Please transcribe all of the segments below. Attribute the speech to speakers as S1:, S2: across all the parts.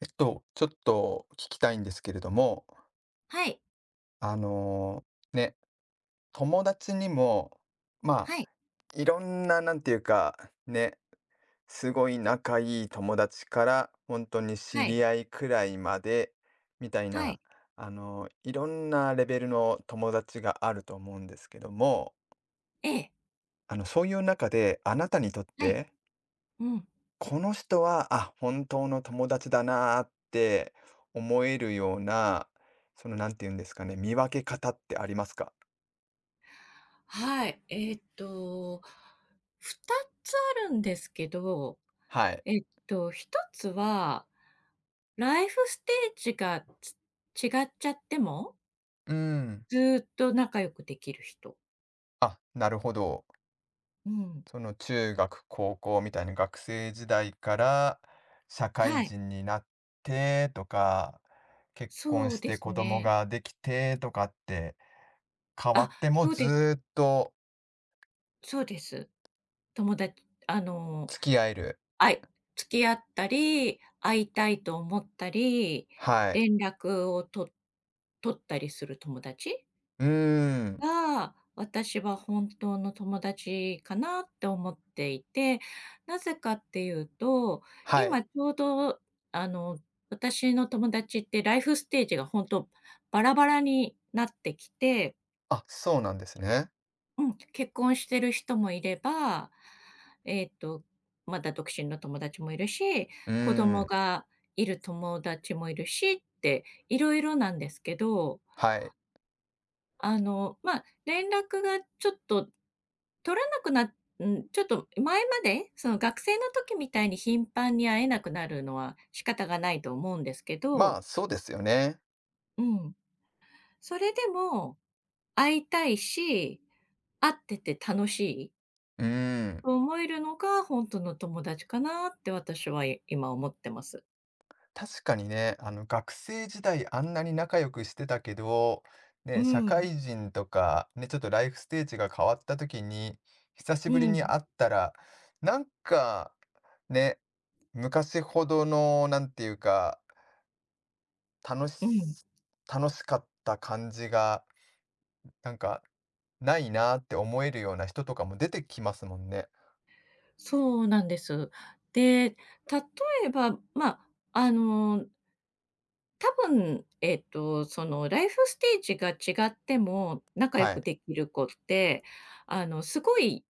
S1: ちょっと聞きたいんですけれども、
S2: はい。
S1: あのーね、友達にも、ま
S2: はい。
S1: あ、いろんな、なんていうか、ね、すごい仲いい友達から、本当に
S2: は
S1: 知
S2: い。
S1: り合いくらいまで、みたい
S2: はい。
S1: な、いろんなレベルの友達があると思うんですけども、
S2: ええ。
S1: そういう中で、あなたにとっ
S2: はい。
S1: て
S2: うん。
S1: この人は、本当の友達だなーって思えるような、その、なんて言うんですかね、見分け方ってありますか？
S2: はい。2つあるんですけど、
S1: はい。
S2: えっ一つは、ライフステージが違っちゃっても、
S1: うーん。
S2: ずっと仲良くできる人。
S1: あ、なるほど。
S2: うん。
S1: その、中学、高校みたいな学生時代から社
S2: は
S1: 会
S2: い。
S1: 人になってとか、結婚
S2: そう
S1: し
S2: で
S1: て
S2: す
S1: 子供
S2: ね。
S1: ができてとかって、変わ
S2: あ、
S1: っても
S2: そう
S1: ず
S2: です
S1: ーっと
S2: そうです。友達あの
S1: 付き合える。
S2: あい付き合ったり、会いたいと思ったり、
S1: はい。
S2: 連絡を取ったりする友達
S1: うーん。
S2: が、私は本当の友達かなって思っていて、なぜかっていうと、
S1: は
S2: 今
S1: い。
S2: ちょうど、あの、私の友達ってライフステージが本当バラバラになってきて、
S1: あ、そうなんですね。
S2: うん、結婚してる人もいれば、えっと、まだ独身の友達もいるし、
S1: うー
S2: 子供
S1: ん。
S2: がいる友達もいるしって、いろいろなんですけど、
S1: はい。
S2: まあ、連絡がちょっと取らなくなっん、ちょっと前まで、その学生の時みたいに頻繁に会えなくなるのは仕方がないと思うんですけ
S1: ま
S2: ど、
S1: あ、そうですよね。
S2: うん、それでも会いたいし、会ってて楽しい、
S1: うん。
S2: と思えるのが、本当の友達かなって私は、今思ってます。
S1: 確かにね、学生時代あんなに仲良くしてたけど、
S2: う
S1: ね、社
S2: ん。
S1: 会人とか、ね、ちょっとライフステージが変わった時に、久し
S2: う
S1: ぶりに
S2: ん。
S1: 会ったら、なんか、ね、昔ほどの、なんていうか、楽
S2: うん。
S1: し、楽しかった感じが、なんか、ないなって思えるような人とかも出てきますもんね。
S2: そうなんです。で、例えば、まあ、あの、多分、ライフステージが違っても仲良
S1: は
S2: く
S1: い。
S2: できる子って、すごい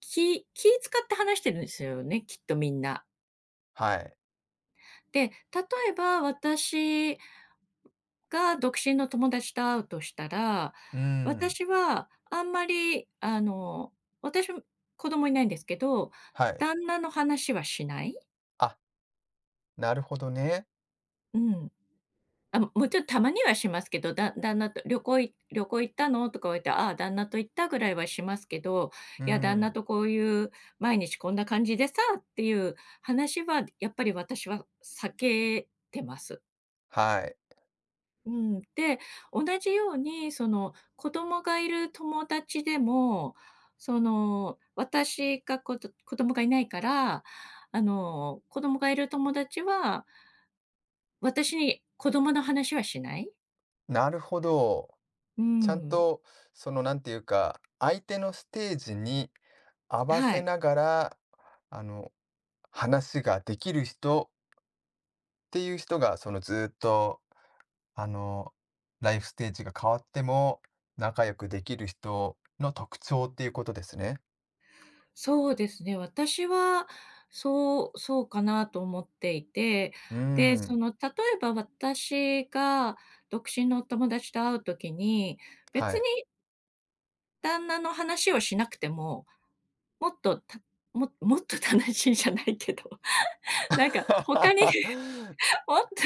S2: 気使って話してるんですよね、きっとみんな。
S1: はい。
S2: で、例えば私が独身の友達と会うとしたら、
S1: うーん。
S2: 私はあんまり、私も子供いないんですけど、
S1: はい。
S2: 旦那の話はしない。
S1: あなるほどね。
S2: うん。あ、もちろんたまにはしますけど、旦那と「旅行行ったの？」とか言われて「ああ、旦那と行った」ぐらいはしますけど、
S1: う
S2: いや、旦那
S1: ん。
S2: とこういう毎日こんな感じでさっていう話は、やっぱり私は避けてます。
S1: はい。
S2: うん、で、同じように、子供がいる友達でも、私が子供がいないから、子供がいる友達は、私に子供の話はしない。
S1: なるほど。
S2: う
S1: ちゃん
S2: ん。
S1: と、その、なんていうか、相手のステージに合わ
S2: は
S1: せ
S2: い。
S1: ながら、あの、話ができる人っていう人が、ずーっと、あの、ライフステージが変わっても仲良くできる人の特徴っていうことですね。
S2: そうですね。私は、そうかなと思っていて、
S1: う
S2: で、
S1: ん。
S2: 例えば私が独身のお友達と会う時に、別
S1: はい。
S2: に旦那の話をしなくてももっと、もっと楽しいじゃないけど、なんか他に もっと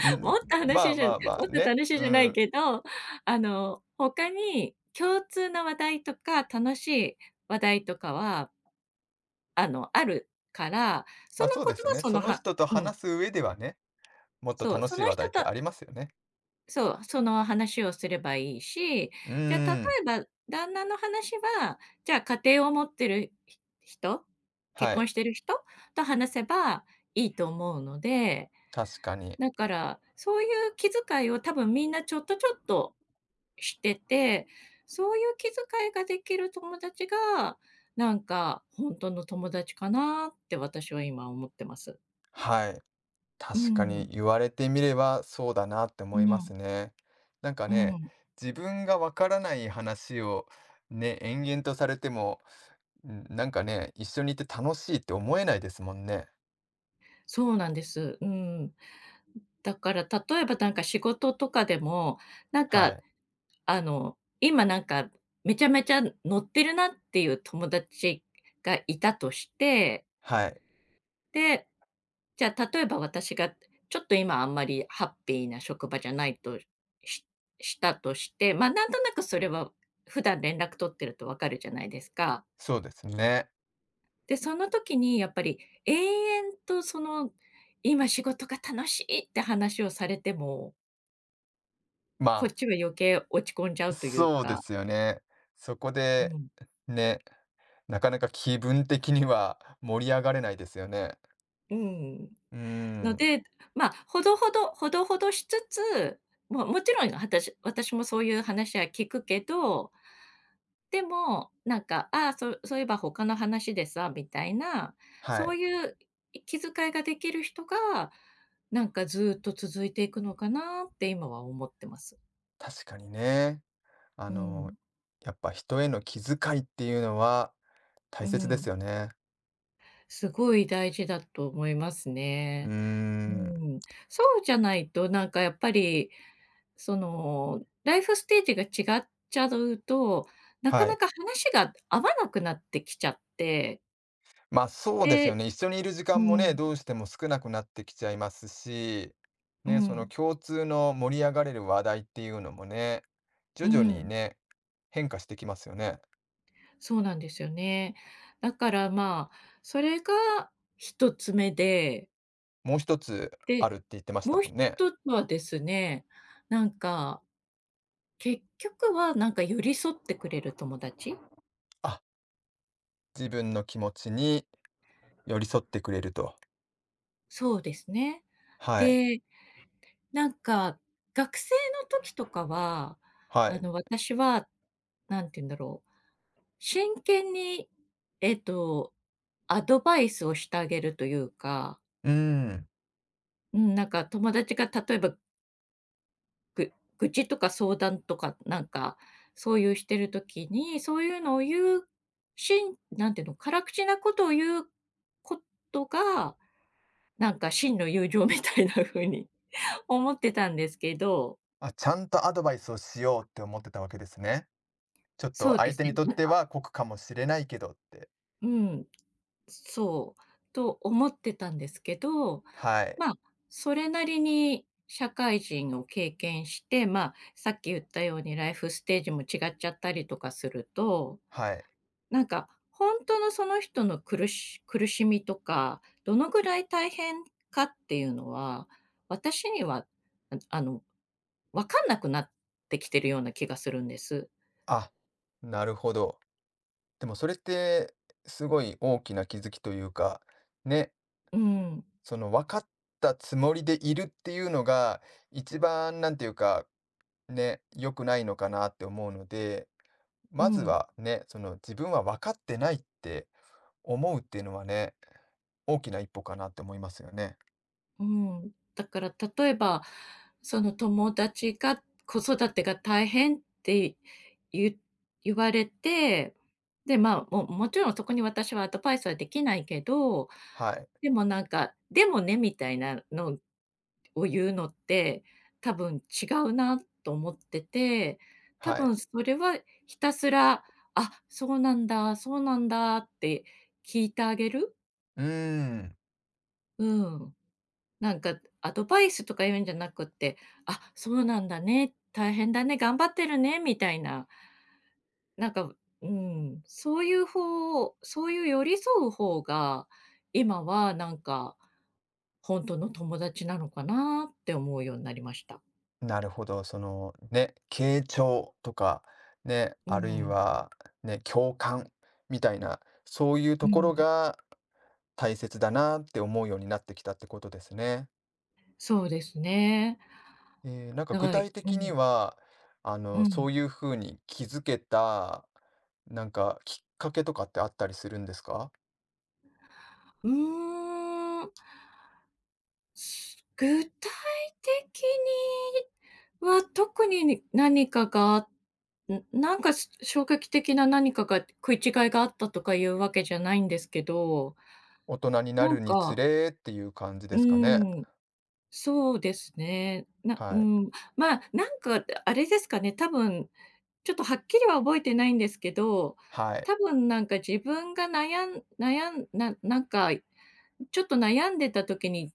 S1: う
S2: もっ
S1: ん、
S2: と話しじゃもっと楽しい
S1: う
S2: じゃない
S1: ん。
S2: けど、他に共通な話題とか、楽しい話題とかは、あるから、そ
S1: まあ、
S2: の
S1: そう
S2: こ
S1: で
S2: と
S1: す
S2: は
S1: よね。
S2: そ
S1: そ
S2: の
S1: の
S2: は
S1: 人と
S2: うん、
S1: 話す上ではね。もっと
S2: そう、
S1: 楽
S2: そ
S1: しい
S2: の
S1: 話題
S2: 人
S1: って
S2: と
S1: ありますよね。
S2: そう、その話をすればいいし、
S1: う
S2: じゃあ、例
S1: ーん、
S2: えば旦那の話は、じゃあ、家庭を持ってる人、結
S1: は
S2: 婚
S1: い、
S2: してる人と話せばいいと思うので、
S1: 確かに。
S2: だから、そういう気遣いを多分みんなちょっとしてて、そういう気遣いができる友達が、なんか、本当の友達かなって私は今思ってます。
S1: はい、
S2: う
S1: 確かに
S2: ん。
S1: 言われてみればそうだなって
S2: う
S1: 思います
S2: ん、
S1: ね。なんか
S2: う
S1: ね、
S2: ん。
S1: 自分がわからない話をね、延々とされても、なんかね、一緒にいて楽しいって思えないですもんね。
S2: そうなんです。うん。だから例えばなんか仕事とかでも、なん
S1: は
S2: か
S1: い、
S2: 今なんかめちゃめちゃ乗ってるなっていう友達がいたとして、
S1: はい、
S2: で、じゃあ例えば私がちょっと今あんまりハッピーな職場じゃないとししたとして、ま、なんとなくそれは普段連絡取ってるとわかるじゃないですか。
S1: そうですね。
S2: で、その時にやっぱり永遠と今仕事が楽しいって話をされても
S1: ま
S2: こっ
S1: あ、
S2: ちは余計落ち込んじゃうという
S1: そうで
S2: か、
S1: すよね。そこ
S2: う
S1: で、
S2: ん、
S1: ね、なかなか気分的には盛り上がれないですよね。
S2: うん。
S1: うー
S2: の
S1: ん、
S2: で、まあ、ほどほどほどほどしつつ、もちろん私もそういう話は聞くけど、でも、なんか、ああ、そういえば他の話でさ、みたいな、
S1: は
S2: そう
S1: い。
S2: いう気遣いができる人が、なんかずっと続いていくのかなって今は思ってます。
S1: 確かにね。あ
S2: う
S1: の、
S2: ん、
S1: やっぱ人への気遣いっていうのは
S2: う
S1: 大切で
S2: ん。
S1: すよね。
S2: すごい大事だと思います
S1: うー
S2: ね。う
S1: ん、
S2: ん、そうじゃないと、なんかやっぱり、ライフステージが違っちゃうと、なか
S1: は
S2: な
S1: い。
S2: か話が合わなくなってきちゃって、
S1: まあ、そうですよ
S2: で
S1: ね。一緒にいる時
S2: う
S1: 間もね、
S2: ん、
S1: どうしても少なくなってきちゃいますし、
S2: う
S1: ね、その
S2: ん、
S1: 共通の盛り上がれる話題っていうのもね、
S2: う
S1: 徐々に
S2: ん、
S1: ね、変化してきますよね。
S2: そうなんですよね。だからまあ、それが一つ目で、
S1: もう一つあ
S2: で、
S1: るって言ってました
S2: もう
S1: も
S2: 一
S1: んね。
S2: つはですね、なんか、結局はなんか寄り添ってくれる友達。
S1: あ、自分の気持ちに寄り添ってくれると。
S2: そうですね。
S1: はい、
S2: で、なんか、学生の時とかは、
S1: はい。
S2: 私は、なんて言うんだろう、真剣に、えっと、アドバイスをしてあげるというか、
S1: うーん。
S2: うん、なんか友達が例えば、ぐ愚痴とか相談とか、なんか、そういうしてる時に、そういうのを言う、なんていうの、辛口なことを言うことが、なんか真の友情みたいな風に 思ってたんですけど、
S1: あ、ちゃんとアドバイスをしようって思ってたわけですね。ちょっ
S2: そ
S1: と
S2: うで
S1: 相
S2: す
S1: 手に
S2: ね、
S1: とっ
S2: なん
S1: て
S2: か
S1: は酷かもしれないけどって。
S2: うん、そう、と思ってたんですけど、
S1: はい。
S2: まあ、それなりに社会人を経験して、まあ、さっき言ったようにライフステージも違っちゃったりとかすると、
S1: はい。
S2: なんか、本当のその人の苦しみとか、どのぐらい大変かっていうのは、私には、ああの、わかんなくなってきてるような気がするんです。
S1: あ、なるほど。でもそれってすごい大きな気づきというか、ね、
S2: うん、
S1: その分かったつもりでいるっていうのが、一番なんていうか、ね、良くないのかなって思うので、
S2: う
S1: まず
S2: ん。
S1: はね、その自分は分かってないって思うっていうのはね、大きな一歩かなって思いますよね。
S2: うん、だから例えば、その友達が子育てが大変ってゆ言われて、で、まあ、もちろんそこに私はアドバイスはできないけど、
S1: はい。
S2: でもなんか、でもね、みたいなのを言うのって、多分違うなと思ってて、多
S1: はい。
S2: 分それはひたすら、あ、そうなんだ、そうなんだって聞いてあげる。
S1: うーん、
S2: うん。なんかアドバイスとか言うんじゃなくって、あ、そうなんだね、大変だね、頑張ってるねみたいな、なんか、うん、そういう方そういう寄り添う方が、今はなんか、本当の友達なのかなって思うようになりました。
S1: なるほど。そのね、傾聴とか、ね、
S2: う
S1: あるい
S2: ん、
S1: はね、共感みたいな、そういう
S2: う
S1: ところ
S2: ん、
S1: が大切だなって思うようになってきたってことですね。
S2: そうですね。
S1: えー、
S2: だ
S1: 具
S2: から
S1: 体
S2: う
S1: 的に
S2: ん、
S1: は、
S2: う
S1: そ
S2: ん。
S1: ういうふうに気づけた、なんかきっかけとかってあったりするんですか。
S2: うーん、具体的には特に何かがあっん、なんか、衝撃的な何かが食い違いがあったとかいうわけじゃないんですけど、
S1: 大人にな
S2: なん
S1: るにつ
S2: か、
S1: れっていう感じ
S2: う
S1: ですかね。
S2: ーん、そうですね。う
S1: はい。
S2: ん、まあ、なんかあれですかね、多分、ちょっとはっきりは覚えてないんですけど、
S1: はい。
S2: 多分なんか自分が悩ん悩んななんか、ちょっと悩んでた時に、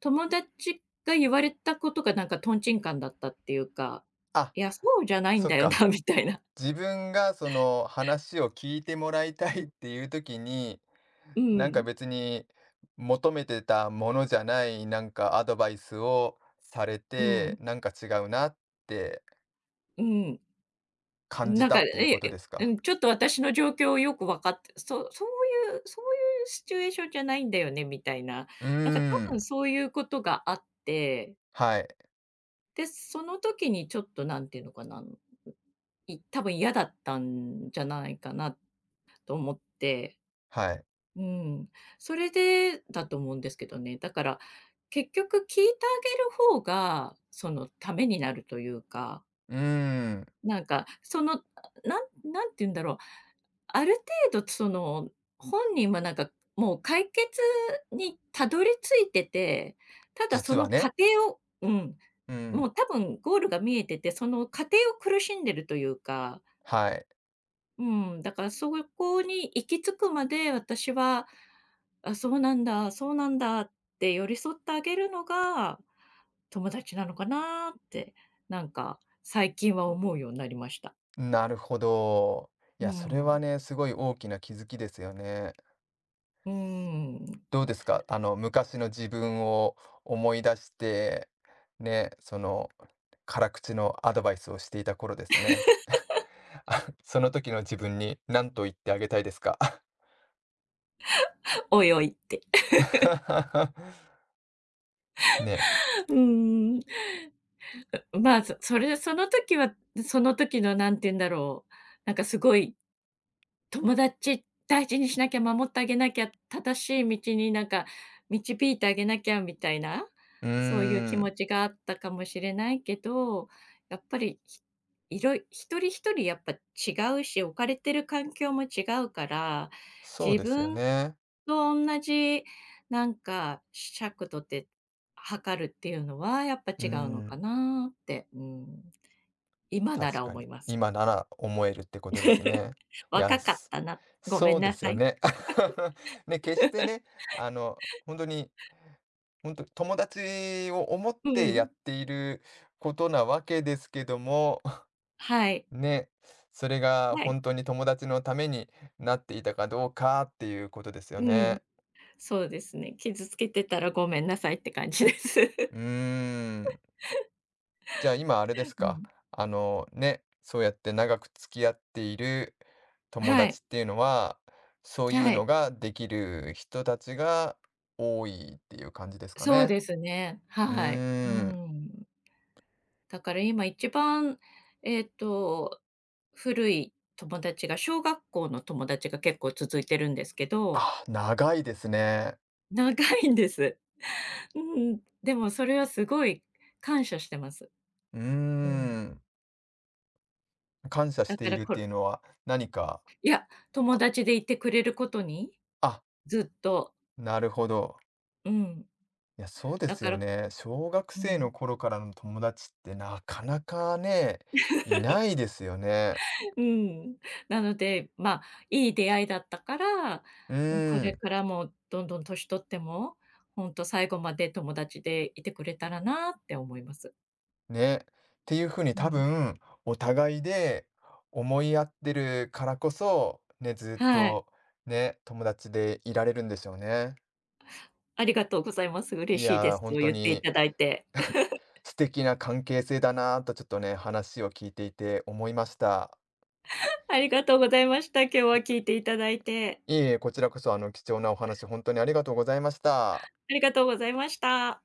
S2: 友達が言われたことがなんかトンチンカンだったっていうか、
S1: あ、
S2: いや、そうじゃないん
S1: そっ
S2: だよな
S1: か。
S2: みたいな。
S1: 自分がその話を聞いてもらいたいっていう時に、
S2: う
S1: なんか
S2: ん、
S1: 別に求めてたものじゃない、なんかアドバイスをされ
S2: う
S1: て、
S2: ん、
S1: なんか違うなって
S2: うん。
S1: 感じ
S2: なん
S1: た
S2: か、
S1: っていう
S2: え
S1: ことで
S2: え、
S1: す
S2: う
S1: か？
S2: ん、ちょっと私の状況をよく分かって、そそういうそういうシチュエーションじゃないんだよねみたいな、
S1: うー
S2: なんか多分
S1: ん、
S2: そういうことがあって、
S1: はい、
S2: で、その時にちょっと何て言うのかな、多分嫌だったんじゃないかなと思って、
S1: はい。
S2: うん、それでだと思うんですけどね。だから、結局聞いてあげる方が、そのためになるというか
S1: うーん、
S2: なんか、何て言うんだろう、ある程度本人はなんか、もう解決にたどり着いてて、ただそ
S1: 実は
S2: の過
S1: ね。
S2: 程をうん、
S1: う
S2: も
S1: ん、
S2: う多分ゴールが見えてて、その過程を苦しんでるというか、
S1: はい。
S2: うん、だからそこに行き着くまで私は、あ、そうなんだ、そうなんだって寄り添ってあげるのが、友達なのかなって、なんか最近は思うようになりました。
S1: なるほど。い
S2: う
S1: や、それは
S2: ん。
S1: ね、すごい大きな気づきですよね。
S2: うーん。
S1: どうですか？昔の自分を思い出して、ね、その、辛口のアドバイスをしていた頃ですね。あ、その時の自分に何と言ってあげたいですか？
S2: おいおいって。
S1: ね、
S2: うーん。まあ、それその時は、その時の何て言うんだろう、なんかすごい友達大事にしなきゃ、守ってあげなきゃ、正しい道になんか導いてあげなきゃみたいな、
S1: うー
S2: そういう気持
S1: ん、
S2: ちがあったかもしれないけど、やっぱり、ひいろい一人一人やっぱ違うし、置かれてる環境も違うから、
S1: そう
S2: 自
S1: ですよ
S2: 分
S1: ね。
S2: と同じなんか尺度で測るっていうのはやっぱ
S1: うー
S2: 違うのか
S1: ん、
S2: なって、うん、今な
S1: 確
S2: ら
S1: か
S2: 思
S1: に。
S2: います。
S1: 今なら思えるってことですね。い
S2: 若
S1: や、
S2: かっ
S1: す
S2: たな。ごめ
S1: そ
S2: ん
S1: うで
S2: な
S1: す
S2: さ
S1: よ
S2: い。
S1: ね。ね、決してね、本当にほんと、友達を思っ
S2: う
S1: てや
S2: ん。
S1: っていることなわけですけども、
S2: はい。
S1: ね、それが
S2: はい。
S1: 本当に友達のためになっていたかどうかっていうことですよ
S2: う
S1: ね。
S2: ん。そうですね。傷つけてたらごめんなさいって感じです。
S1: う ーん。じゃあ、今あれです
S2: う
S1: か、
S2: ん。
S1: そうやって長く付き合っている友
S2: はい。
S1: 達っていうのは、そ ういう
S2: は
S1: の
S2: い。
S1: ができる人たちが多いっていう感じですか
S2: そう
S1: ね。
S2: ですね。
S1: う
S2: はい。う
S1: ーん。
S2: ん。だから今一番、えっと、古い友達が小学校の友達が結構続いてるんですけど、
S1: あ、長いですね。
S2: 長いんです。うん。でもそれはすごい感謝してます。
S1: うー
S2: うん。
S1: ん。感謝し
S2: だ
S1: て
S2: か
S1: い
S2: ら
S1: るっていうのは何か、
S2: いや、友
S1: あ
S2: 達でいてくれることに、
S1: あ、
S2: ずっと。
S1: なるほど。
S2: うん。
S1: いや、そうで
S2: だ
S1: す
S2: か
S1: よ
S2: ら
S1: ね。小学
S2: う
S1: 生
S2: ん。
S1: の頃からの友達ってなかなかね、いないですよね。
S2: うん。なので、まあ、いい出会いだったから、
S1: う
S2: うん、こ
S1: ー
S2: れ
S1: ん、
S2: からもどんどん年取っても、本当最後まで友達でいてくれたらなって思います。
S1: ね。っていう風に
S2: う
S1: 多
S2: ん。
S1: 分お互いで思い合ってるからこそ、ね、ずっ
S2: はい。
S1: とね、友達でいられるんでしょうね。
S2: ありがとうございます。
S1: い
S2: 嬉しいで
S1: やー、
S2: す
S1: 本
S2: と
S1: 当
S2: 言ってい
S1: に
S2: ただいて。
S1: 素敵な関係性だなーとちょっとね、話を聞いていて思いました。
S2: ありがとうございました。今日は聞いていただいて。
S1: いえいえ、こちらこそ、貴重なお話、本当にありがとうございました。
S2: ありがとうございました。